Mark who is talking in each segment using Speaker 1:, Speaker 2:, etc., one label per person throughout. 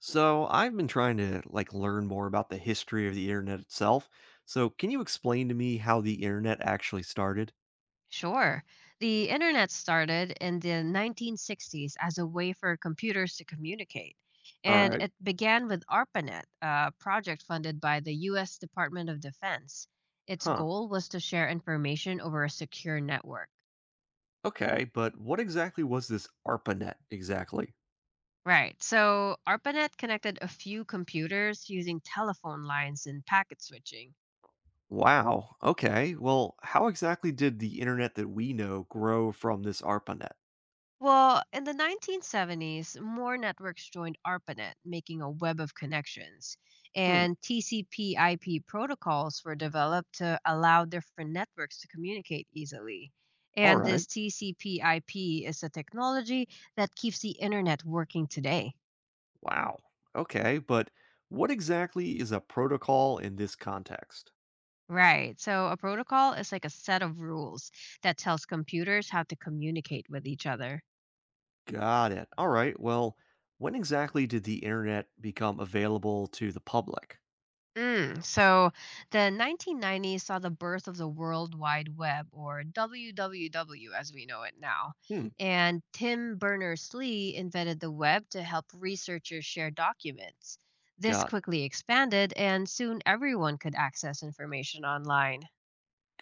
Speaker 1: So I've been trying to learn more about the history of the internet itself. So can you explain to me how the internet actually started?
Speaker 2: Sure. The internet started in the 1960s as a way for computers to communicate.
Speaker 1: All
Speaker 2: And
Speaker 1: right.
Speaker 2: it began with ARPANET, a project funded by the U.S. Department of Defense. Its
Speaker 1: Huh.
Speaker 2: goal was to share information over a secure network.
Speaker 1: Okay, but what exactly was this ARPANET exactly?
Speaker 2: Right. So ARPANET connected a few computers using telephone lines and packet switching.
Speaker 1: Wow. Okay. Well, how exactly did the internet that we know grow from this ARPANET?
Speaker 2: Well, in the 1970s, more networks joined ARPANET, making a web of connections.
Speaker 1: Hmm.
Speaker 2: And TCP/IP protocols were developed to allow different networks to communicate easily.
Speaker 1: All
Speaker 2: And
Speaker 1: right.
Speaker 2: this TCP/IP is the technology that keeps the internet working today.
Speaker 1: Wow. Okay, but what exactly is a protocol in this context?
Speaker 2: Right. So a protocol is like a set of rules that tells computers how to communicate with each other.
Speaker 1: Got it. All right. Well, when exactly did the internet become available to the public?
Speaker 2: Mm, so the 1990s saw the birth of the World Wide Web, or WWW as we know it now.
Speaker 1: Hmm.
Speaker 2: And Tim Berners-Lee invented the web to help researchers share documents. This
Speaker 1: Got it.
Speaker 2: quickly expanded, and soon everyone could access information online.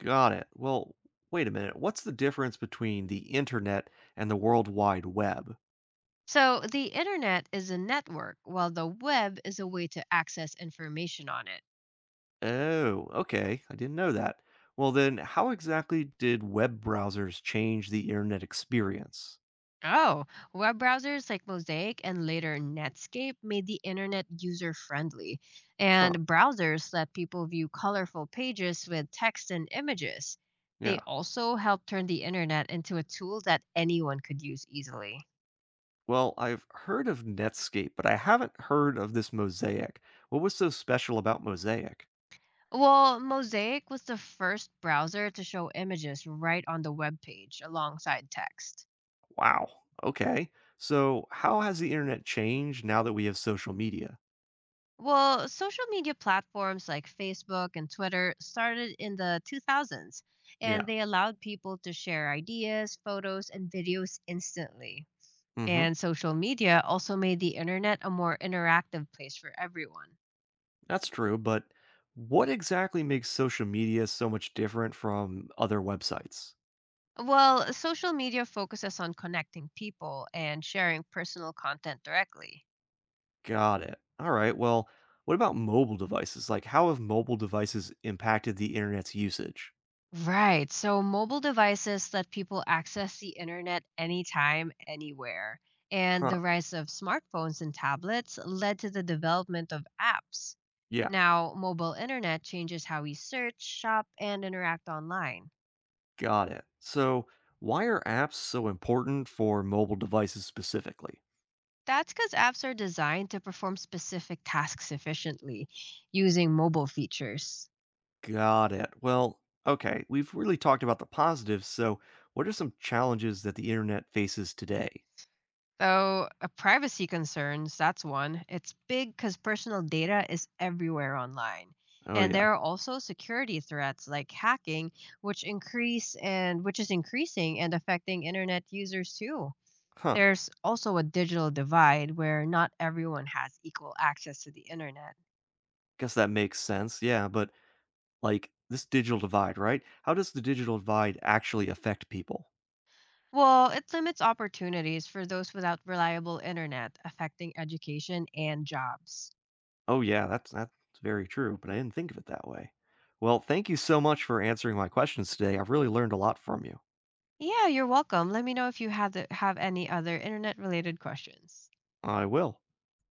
Speaker 1: Got it. Well, wait a minute. What's the difference between the internet and the World Wide Web?
Speaker 2: So the internet is a network, while the web is a way to access information on it.
Speaker 1: Oh, okay. I didn't know that. Well, then, how exactly did web browsers change the internet experience?
Speaker 2: Oh, web browsers like Mosaic and later Netscape made the internet user friendly,
Speaker 1: Huh.
Speaker 2: and browsers let people view colorful pages with text and images. They
Speaker 1: Yeah.
Speaker 2: also helped turn the internet into a tool that anyone could use easily.
Speaker 1: Well, I've heard of Netscape, but I haven't heard of this Mosaic. What was so special about Mosaic?
Speaker 2: Well, Mosaic was the first browser to show images right on the web page alongside text.
Speaker 1: Wow. Okay. So, how has the internet changed now that we have social media?
Speaker 2: Well, social media platforms like Facebook and Twitter started in the 2000s, and
Speaker 1: Yeah.
Speaker 2: they allowed people to share ideas, photos, and videos instantly.
Speaker 1: Mhm.
Speaker 2: And social media also made the internet a more interactive place for everyone.
Speaker 1: That's true, but what exactly makes social media so much different from other websites?
Speaker 2: Well, social media focuses on connecting people and sharing personal content directly.
Speaker 1: Got it. All right. Well, what about mobile devices? Like how have mobile devices impacted the internet's usage?
Speaker 2: Right. So mobile devices let people access the internet anytime, anywhere. And
Speaker 1: Huh.
Speaker 2: the rise of smartphones and tablets led to the development of apps.
Speaker 1: Yeah.
Speaker 2: Now, mobile internet changes how we search, shop, and interact online.
Speaker 1: Got it. So, why are apps so important for mobile devices specifically?
Speaker 2: That's because apps are designed to perform specific tasks efficiently using mobile features.
Speaker 1: Got it. Well, okay, we've really talked about the positives, so what are some challenges that the internet faces today?
Speaker 2: So, privacy concerns, that's one. It's big because personal data is everywhere online.
Speaker 1: Oh,
Speaker 2: And
Speaker 1: yeah.
Speaker 2: there are also security threats like hacking, which is increasing and affecting internet users too.
Speaker 1: Huh.
Speaker 2: There's also a digital divide where not everyone has equal access to the internet.
Speaker 1: Guess that makes sense. Yeah, but this digital divide, right? How does the digital divide actually affect people?
Speaker 2: Well, it limits opportunities for those without reliable internet, affecting education and jobs.
Speaker 1: Oh, yeah, that's very true, but I didn't think of it that way. Well, thank you so much for answering my questions today. I've really learned a lot from you.
Speaker 2: Yeah, you're welcome. Let me know if you have any other internet related questions.
Speaker 1: I will.